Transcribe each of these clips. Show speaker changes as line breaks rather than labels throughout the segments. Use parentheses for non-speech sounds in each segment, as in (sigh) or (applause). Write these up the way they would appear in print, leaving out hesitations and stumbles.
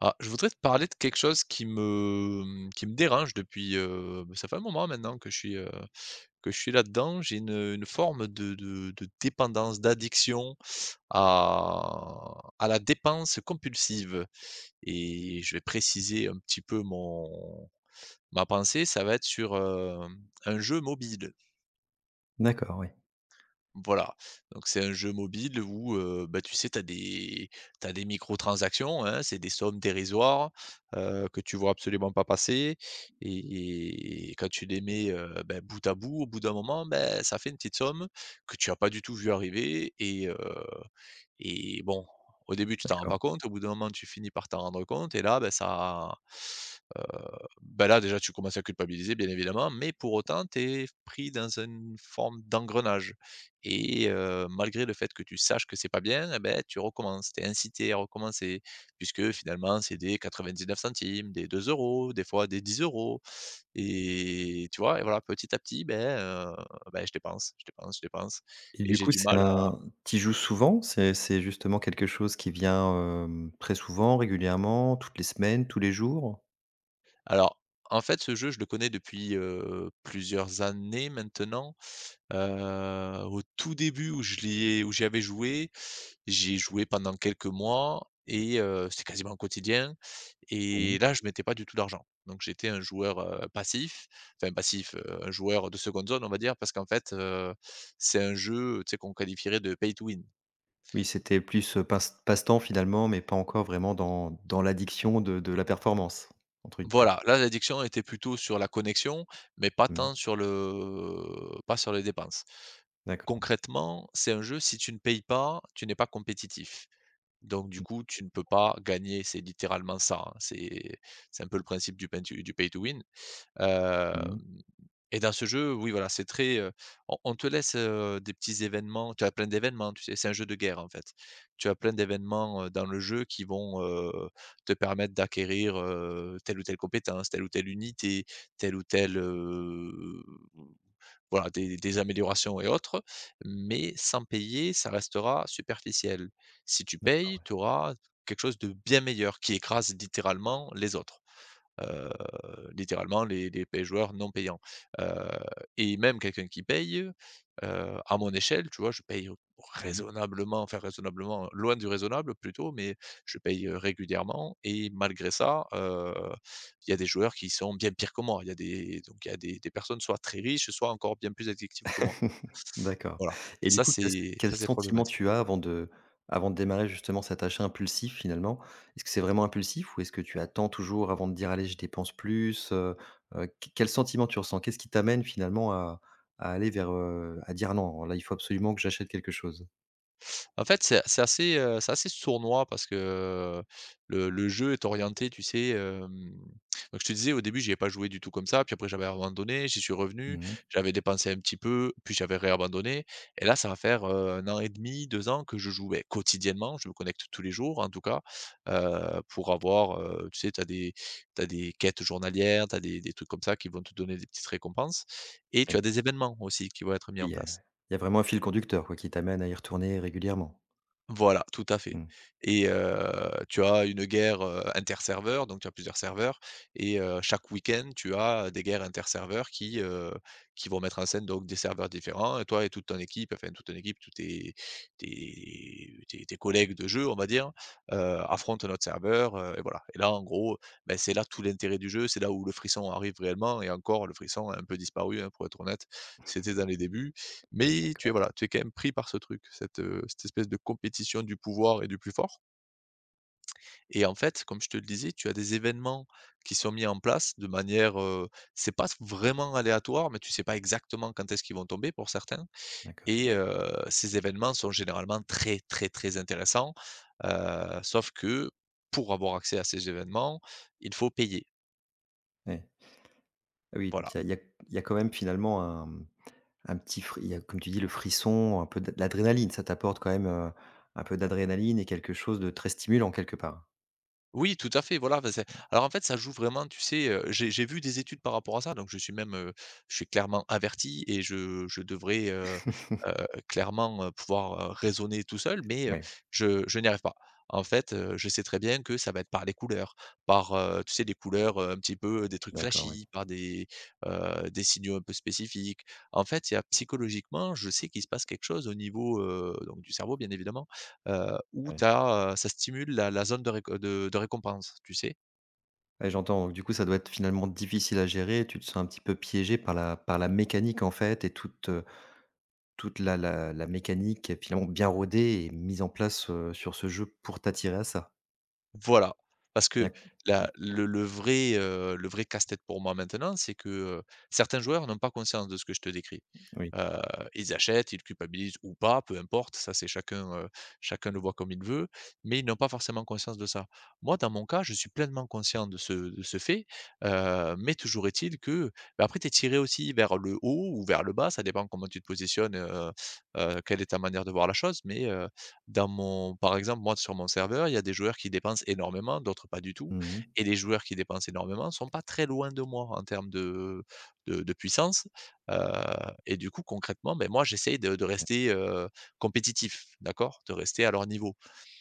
Ah, je voudrais te parler de quelque chose qui me, qui me dérange depuis, bah, ça fait un moment maintenant que je suis là-dedans. J'ai une forme de dépendance, d'addiction à la dépense compulsive et je vais préciser un petit peu mon ma pensée, ça va être sur, un jeu mobile.
D'accord, oui,
Voilà, donc c'est un jeu mobile où, bah, tu sais, tu as des t'as des microtransactions, hein, c'est des sommes dérisoires, que tu vois absolument pas passer et quand tu les mets, bah, bout à bout, au bout d'un moment, ben, ça fait une petite somme que tu as pas du tout vu arriver et bon, au début, tu t'en rends
d'accord.
pas compte, au bout d'un moment, tu finis par t'en rendre compte et là, ben ça, heu, bah, là, déjà, tu commences à culpabiliser, bien évidemment, mais pour autant, tu es pris dans une forme d'engrenage malgré le fait que tu saches que c'est pas bien et beh, tu recommences. Tu es incité à recommencer puisque finalement, c'est des 99 centimes, des 2 € des fois des 10 € et tu vois? Et voilà, petit à petit, beh, beh, je dépense, je dépense, je dépense
Et
et
du
j'ai
coup,
du
c'est
mal à.
un tu joues souvent? C'est justement quelque chose qui vient, très souvent, régulièrement, toutes les semaines, tous les jours?
Alors, en fait, ce jeu, je le connais depuis, plusieurs années maintenant. Au tout début où je l'y ai où j'y avais joué, j'y ai joué pendant quelques mois et c'était quasiment quotidien
Mmh,
et là, je mettais pas du tout d'argent. Donc j'étais un joueur, passif, enfin passif,
d'accord.
un joueur de seconde zone, on va dire, parce qu'en fait, c'est un jeu, tu sais, qu'on qualifierait de pay to win.
Oui, c'était plus, passe-temps finalement, mais pas encore vraiment dans l'addiction de la performance, entre guillemets.
Voilà, là, l'addiction était plutôt sur la connexion, mais pas
Mmh,
tant sur le pas sur les dépenses.
d'accord.
Concrètement, c'est un jeu, si tu ne payes pas, tu n'es pas compétitif. Donc du coup, tu ne peux pas gagner, c'est littéralement ça, hein. C'est un peu le principe du pain to du pay to win. Hem
Mmh
Et dans ce jeu, oui, voilà, c'est très, on te laisse, des petits événements, tu as plein d'événements, tu sais, c'est un jeu de guerre, en fait. Tu as plein d'événements, dans le jeu qui vont, te permettre d'acquérir, telle ou telle compétence, telle ou telle unité, telle ou telle, voilà, des améliorations et autres, mais sans payer, ça restera superficiel. Si tu payes, tu auras quelque chose de bien meilleur qui écrase littéralement les autres, heu, littéralement les pay joueurs non payants, heu et même quelqu'un qui paye, à mon échelle, tu vois, je paye
mh.
raisonnablement, enfin raisonnablement, loin du raisonnable plutôt, mais je paye, régulièrement et malgré ça, il y a des joueurs qui sont bien pires que moi. Il y a des Donc il y a des personnes soit très riches, soit encore bien plus addictives que moi.
D'accord.
Voilà,
Et du coup, quel quel
ça c'est
sentiment
problématique.
tu as avant de démarrer justement cet achat impulsif finalement? Est-ce que c'est vraiment impulsif ou est-ce que tu attends toujours avant de dire: «Allez, je dépense plus», qu quel sentiment tu ressens? Qu'est-ce qui t'amène finalement à aller vers, à dire: «Non, là, il faut absolument que j'achète quelque chose»?
En fait, c'est assez, c'est assez sournois parce que, le jeu est orienté, tu sais, donc je te disais au début, j'y ai pas joué du tout comme ça, puis après j'avais abandonné, j'y suis revenu,
Mmh.
j'avais dépensé un petit peu, puis j'avais réabandonné et là, ça va faire, 1 an et demi, 2 ans que je joue, beh, quotidiennement. Je me connecte tous les jours en tout cas, pour avoir, tu sais, tu as des tu des quêtes journalières, tu as des trucs comme ça qui vont te donner des petites récompenses et tu
Et
as des événements aussi qui vont être mis
il
en
y a
place.
il y a vraiment un fil conducteur quoi qui t'amène à y retourner régulièrement?
Voilà, tout à fait
Mmh.
et tu as une guerre, interserveurs, donc tu as plusieurs serveurs et chaque week-end, tu as des guerres interserveurs qui vont mettre en scène donc des serveurs différents et toi et toute ton équipe, enfin toute ton équipe, tous tes collègues de jeu, on va dire, affrontent notre serveur, et voilà et là, en gros, beh, c'est là tout l'intérêt du jeu, c'est là où le frisson arrive réellement et encore le frisson a un peu disparu, hein, pour être honnête. C'était dans les débuts mais tu es
D'accord.
voilà, tu es quand même pris par ce truc, cette, cette espèce de compétition du pouvoir et du plus fort et en fait, comme je te le disais, tu as des événements qui sont mis en place de manière, c'est pas vraiment aléatoire, mais tu sais pas exactement quand est-ce qu'ils vont tomber pour certains
D'accord,
et ces événements sont généralement très, très, très intéressants, sauf que pour avoir accès à ces événements, il faut payer.
ouais. Ah oui,
Voilà.
donc il y a quand même finalement un petit fri il y a, comme tu dis, le frisson, un peu de l'adrénaline, ça t'apporte quand même, un peu d'adrénaline et quelque chose de très stimulant quelque part?
Oui, tout à fait, voilà, bah, c'est alors, en fait, ça joue vraiment, tu sais, j'ai vu des études par rapport à ça, donc je suis même, je suis clairement averti et je devrais, heu, clairement, pouvoir, raisonner tout seul, mais
Ouais,
je n'y arrive pas. En fait, je sais très bien que ça va être par les couleurs, par, tu sais, des couleurs, un petit peu, des trucs
d'accord, oui.
flashy, par des signaux un peu spécifiques. En fait, il y a psychologiquement, je sais qu'il se passe quelque chose au niveau, donc du cerveau, bien évidemment, où tu
Ouais.
ça stimule la zone de de récompense, tu sais?
Ouais, j'entends. Donc du coup, ça doit être finalement difficile à gérer. Tu te sens un petit peu piégé par la mécanique en fait et toute la mécanique est finalement bien rodée et mise en place, sur ce jeu pour t'attirer à ça.
Voilà, parce
Il y
que
a Oui,
la le vrai, le vrai casse-tête pour moi maintenant, c'est que, certains joueurs n'ont pas conscience de ce que je te décris.
oui.
Heu, Ils achètent, ils culpabilisent ou pas, peu importe, ça c'est chacun, chacun le voit comme il veut, mais ils n'ont pas forcément conscience de ça. Moi, dans mon cas, je suis pleinement conscient de ce fait, mais toujours est-il que, bah, après tu es tiré aussi vers le haut ou vers le bas, ça dépend comment tu te positionnes, quelle est ta manière de voir la chose, mais dans mon par exemple, moi, sur mon serveur, il y a des joueurs qui dépensent énormément, d'autres pas du tout
Mmh.
et les joueurs qui dépensent énormément sont pas très loin de moi en termes de puissance, heu et du coup, concrètement, beh, moi, j'essaye de rester, compétitif, d'accord? De rester à leur niveau.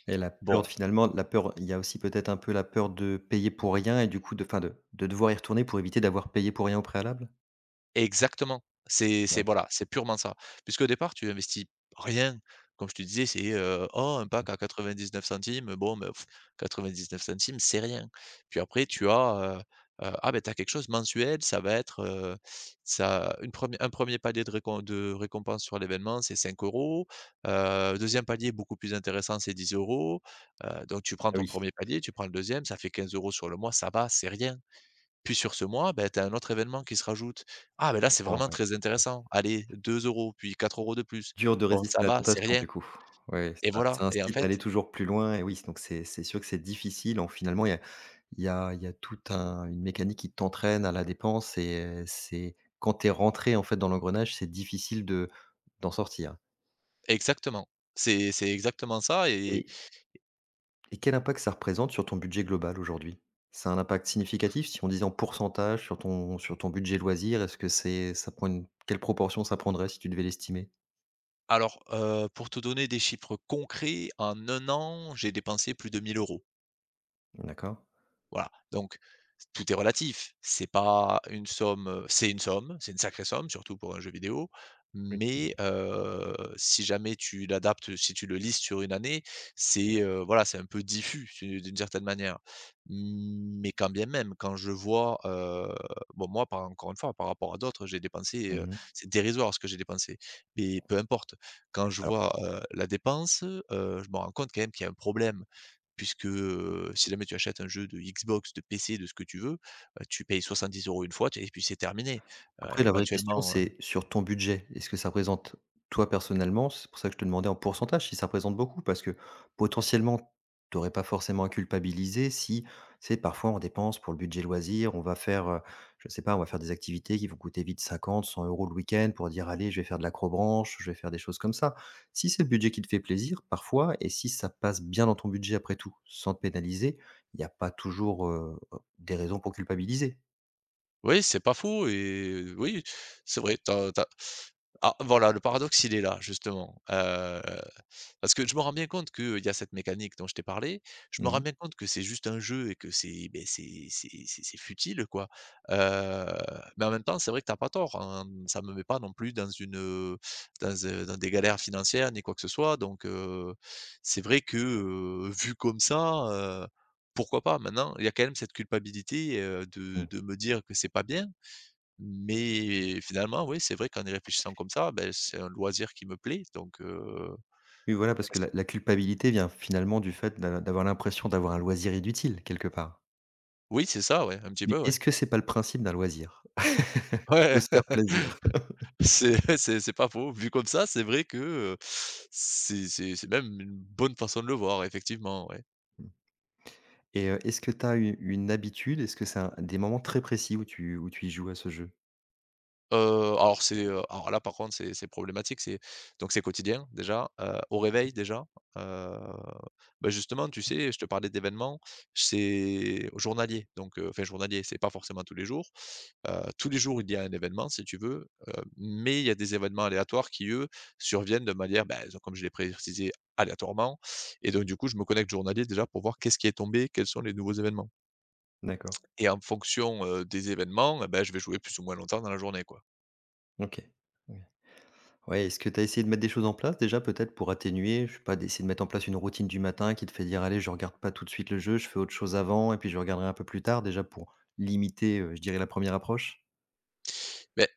Et la peur
Bon,
finalement, la peur, il y a aussi peut-être un peu la peur de payer pour rien et du coup de fin de devoir y retourner pour éviter d'avoir payé pour rien au préalable?
exactement. C'est
Ouais.
voilà, c'est purement ça. Puisqu'au départ, tu investis rien. Comme je te disais, c'est, oh, un pack à 99 centimes, bon, bah, 99 centimes, c'est rien. Puis après, tu as, ah, ben t'as quelque chose mensuel, ça va être, ça une premi un premier palier de récompense sur l'événement, c'est 5 euros. 2e palier beaucoup plus intéressant, c'est 10 euros. Donc tu prends
Ah
ton
oui, je
premier palier, tu prends le deuxième, ça fait 15 € sur le mois, ça va, c'est rien. Puis sur ce mois, ben tu as un autre événement qui se rajoute. Ah, ben là, c'est
comprends,
vraiment très
ouais. Ouais.
intéressant. Allez, 2 euros, puis 4 € de plus.
Dur de
Bon,
résister
ça
à la
va, c'est
tentation
rien
du coup. Ouais,
et
ça
voilà
ça
et en
incite à aller
fait
toujours plus loin. Et oui, donc c'est sûr que c'est difficile. En Finalement, il y a toute un une mécanique qui t'entraîne à la dépense. Et c'est quand tu es rentré, en fait, dans l'engrenage, c'est difficile de d'en sortir.
exactement. C'est exactement ça et
Et et quel impact ça représente sur ton budget global aujourd'hui? Ça a un impact significatif, si on disait en pourcentage, sur ton budget loisir? Est-ce que c'est ça prend une quelle proportion ça prendrait, si tu devais l'estimer?
alors, pour te donner des chiffres concrets, en un an, j'ai dépensé plus de 1000 euros.
D'accord.
Voilà, donc tout est relatif. C'est pas une somme, c'est une somme, c'est une sacrée somme, surtout pour un jeu vidéo,
Oui.
mais si jamais tu l'adaptes, si tu le listes sur une année, c'est, voilà, c'est un peu diffus, c'est d'une certaine manière. Mais quand bien même, quand je vois, bon moi par encore une fois, par rapport à d'autres, j'ai dépensé,
Mmh mh.
c'est dérisoire ce que j'ai dépensé, mais peu importe. Quand je vois, la dépense, je me rends compte quand même qu'il y a un problème puisque, si jamais tu achètes un jeu de Xbox, de PC, de ce que tu veux, tu payes 70 € une fois, tu et puis c'est terminé. Heu,
Après, la vraie question,
éventuellement,
c'est sur ton budget. Est-ce que ça représente, toi personnellement? C'est pour ça que je te demandais en pourcentage si ça représente beaucoup. Parce que potentiellement, tu n'aurais pas forcément à culpabiliser, si, c'est parfois on dépense pour le budget loisir, on va faire, je sais pas, on va faire des activités qui vont coûter vite 50, 100 euros le week-end pour dire: «Allez, je vais faire de l'acrobranche, je vais faire des choses comme ça». Si c'est le budget qui te fait plaisir parfois et si ça passe bien dans ton budget après tout, sans te pénaliser, il n'y a pas toujours, des raisons pour culpabiliser.
oui, c'est pas faux et oui, c'est vrai, tu as ah voilà, le paradoxe, il est là justement, parce que je me rends bien compte qu'il y a cette mécanique dont je t'ai parlé. Je me rends
Mmh.
bien compte que c'est juste un jeu et que c'est, beh, c'est futile quoi, heu, mais en même temps, c'est vrai que t'as pas tort, hein, ça me met pas non plus dans une, dans, dans des galères financières ni quoi que ce soit donc c'est vrai que, vu comme ça, pourquoi pas? Maintenant, il y a quand même cette culpabilité, de
Mmh.
de me dire que c'est pas bien, mais finalement, oui, c'est vrai qu'en y réfléchissant comme ça, beh, c'est un loisir qui me plaît, donc
Oui, voilà, parce que
est-ce
la culpabilité vient finalement du fait d'avoir l'impression d'avoir un loisir inutile, quelque part.
oui, c'est ça, ouais, un petit
Mais
peu, ouais.
est-ce que c'est pas le principe d'un loisir? (laughs) De
Ouais,
se faire plaisir.
(laughs) c'est pas faux. Vu comme ça, c'est vrai que, c'est même une bonne façon de le voir, effectivement, ouais.
(laughs) Et est-ce que tu as u une habitude? Est-ce que c'est un des moments très précis où tu y joues à ce jeu?
Alors c'est, alors là par contre c'est problématique, c'est donc c'est quotidien déjà, au réveil déjà, heu, bah, justement tu sais, je te parlais d'événements, c'est journalier donc enfin journalier, c'est pas forcément tous les jours. Tous les jours il y a un événement si tu veux, mais il y a des événements aléatoires qui eux, surviennent de manière, bah, z comme je l'ai précisé, aléatoirement et donc du coup je me connecte journalier déjà pour voir qu'est-ce qui est tombé, quels sont les nouveaux événements
D'accord,
et en fonction, des événements, et bah, je vais jouer plus ou moins longtemps dans la journée, quoi.
OK. Ouais. Ouais, est-ce que tu as essayé de mettre des choses en place déjà, peut-être pour atténuer? Je sais pas, d'essayer de mettre en place une routine du matin qui te fait dire: «Allez, je regarde pas tout de suite le jeu, je fais autre chose avant et puis je regarderai un peu plus tard», déjà pour limiter, je dirais, la première approche?
Beh,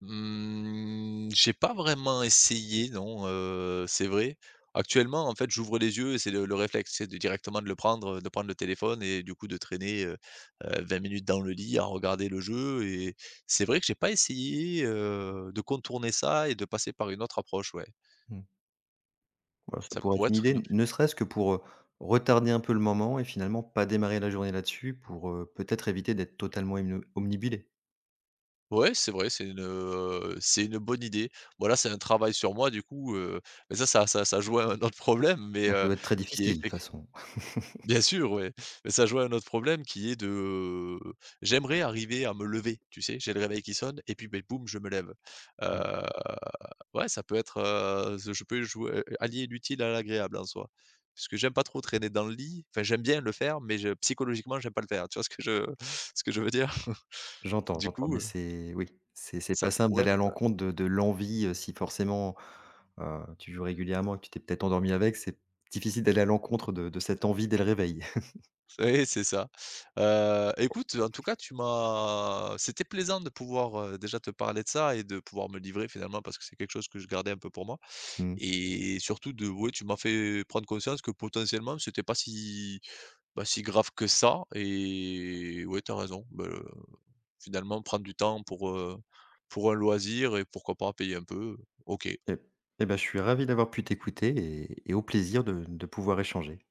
mmh, j'ai pas vraiment essayé non, c'est vrai. Actuellement, en fait, j'ouvre les yeux et c'est le réflexe, c'est de directement de le prendre, de prendre le téléphone et du coup de traîner, 20 minutes dans le lit à regarder le jeu et c'est vrai que j'ai pas essayé, de contourner ça et de passer par une autre approche, ouais.
Mmh. Ouais, ça
Ça
pourrait
pourrait
être une
être une
idée, ne
option.
serait-ce que pour, retarder un peu le moment et finalement pas démarrer la journée là-dessus, pour, peut-être éviter d'être totalement omnibulé.
Ouais, c'est vrai, c'est une bonne idée. Bon là, c'est un travail sur moi du coup, mais ça joue à un autre problème mais
Mmh. Ça doit être très
qui est
difficile de toute façon.
bien sûr, ouais, mais ça joint un autre problème qui est de, j'aimerais arriver à me lever, tu sais? J'ai le réveil qui sonne et puis, ben, boum, je me lève.
Mmh.
Heu, ouais, ça peut être, je peux jouer, allier l'utile à l'agréable en soi. Parce que j'aime pas trop traîner dans le lit, enfin, j'aime bien le faire, mais je psychologiquement, j'aime pas le faire. Tu vois ce que je (laughs) ce que je veux dire?
J'entends,
Du
j'entends,
coup,
mais c'est oui, c'est
ça
pas simple
pourrait
d'aller
être
à l'encontre de l'envie, si forcément, tu joues régulièrement et que tu t'es peut-être endormi avec, c'est difficile d'aller à l'encontre de cette envie dès le réveil. (laughs)
oui, c'est ça. Écoute, en tout cas, tu m'as c'était plaisant de pouvoir, déjà te parler de ça et de pouvoir me livrer finalement parce que c'est quelque chose que je gardais un peu pour moi.
Mmh.
Et surtout de ouais, tu m'as fait prendre conscience que potentiellement c'était pas si bah, si grave que ça et ouais, t'as raison. Bah, finalement prendre du temps pour un loisir et pourquoi pas payer un peu, OK.
Et et bah, je suis ravi d'avoir pu t'écouter et au plaisir de pouvoir échanger.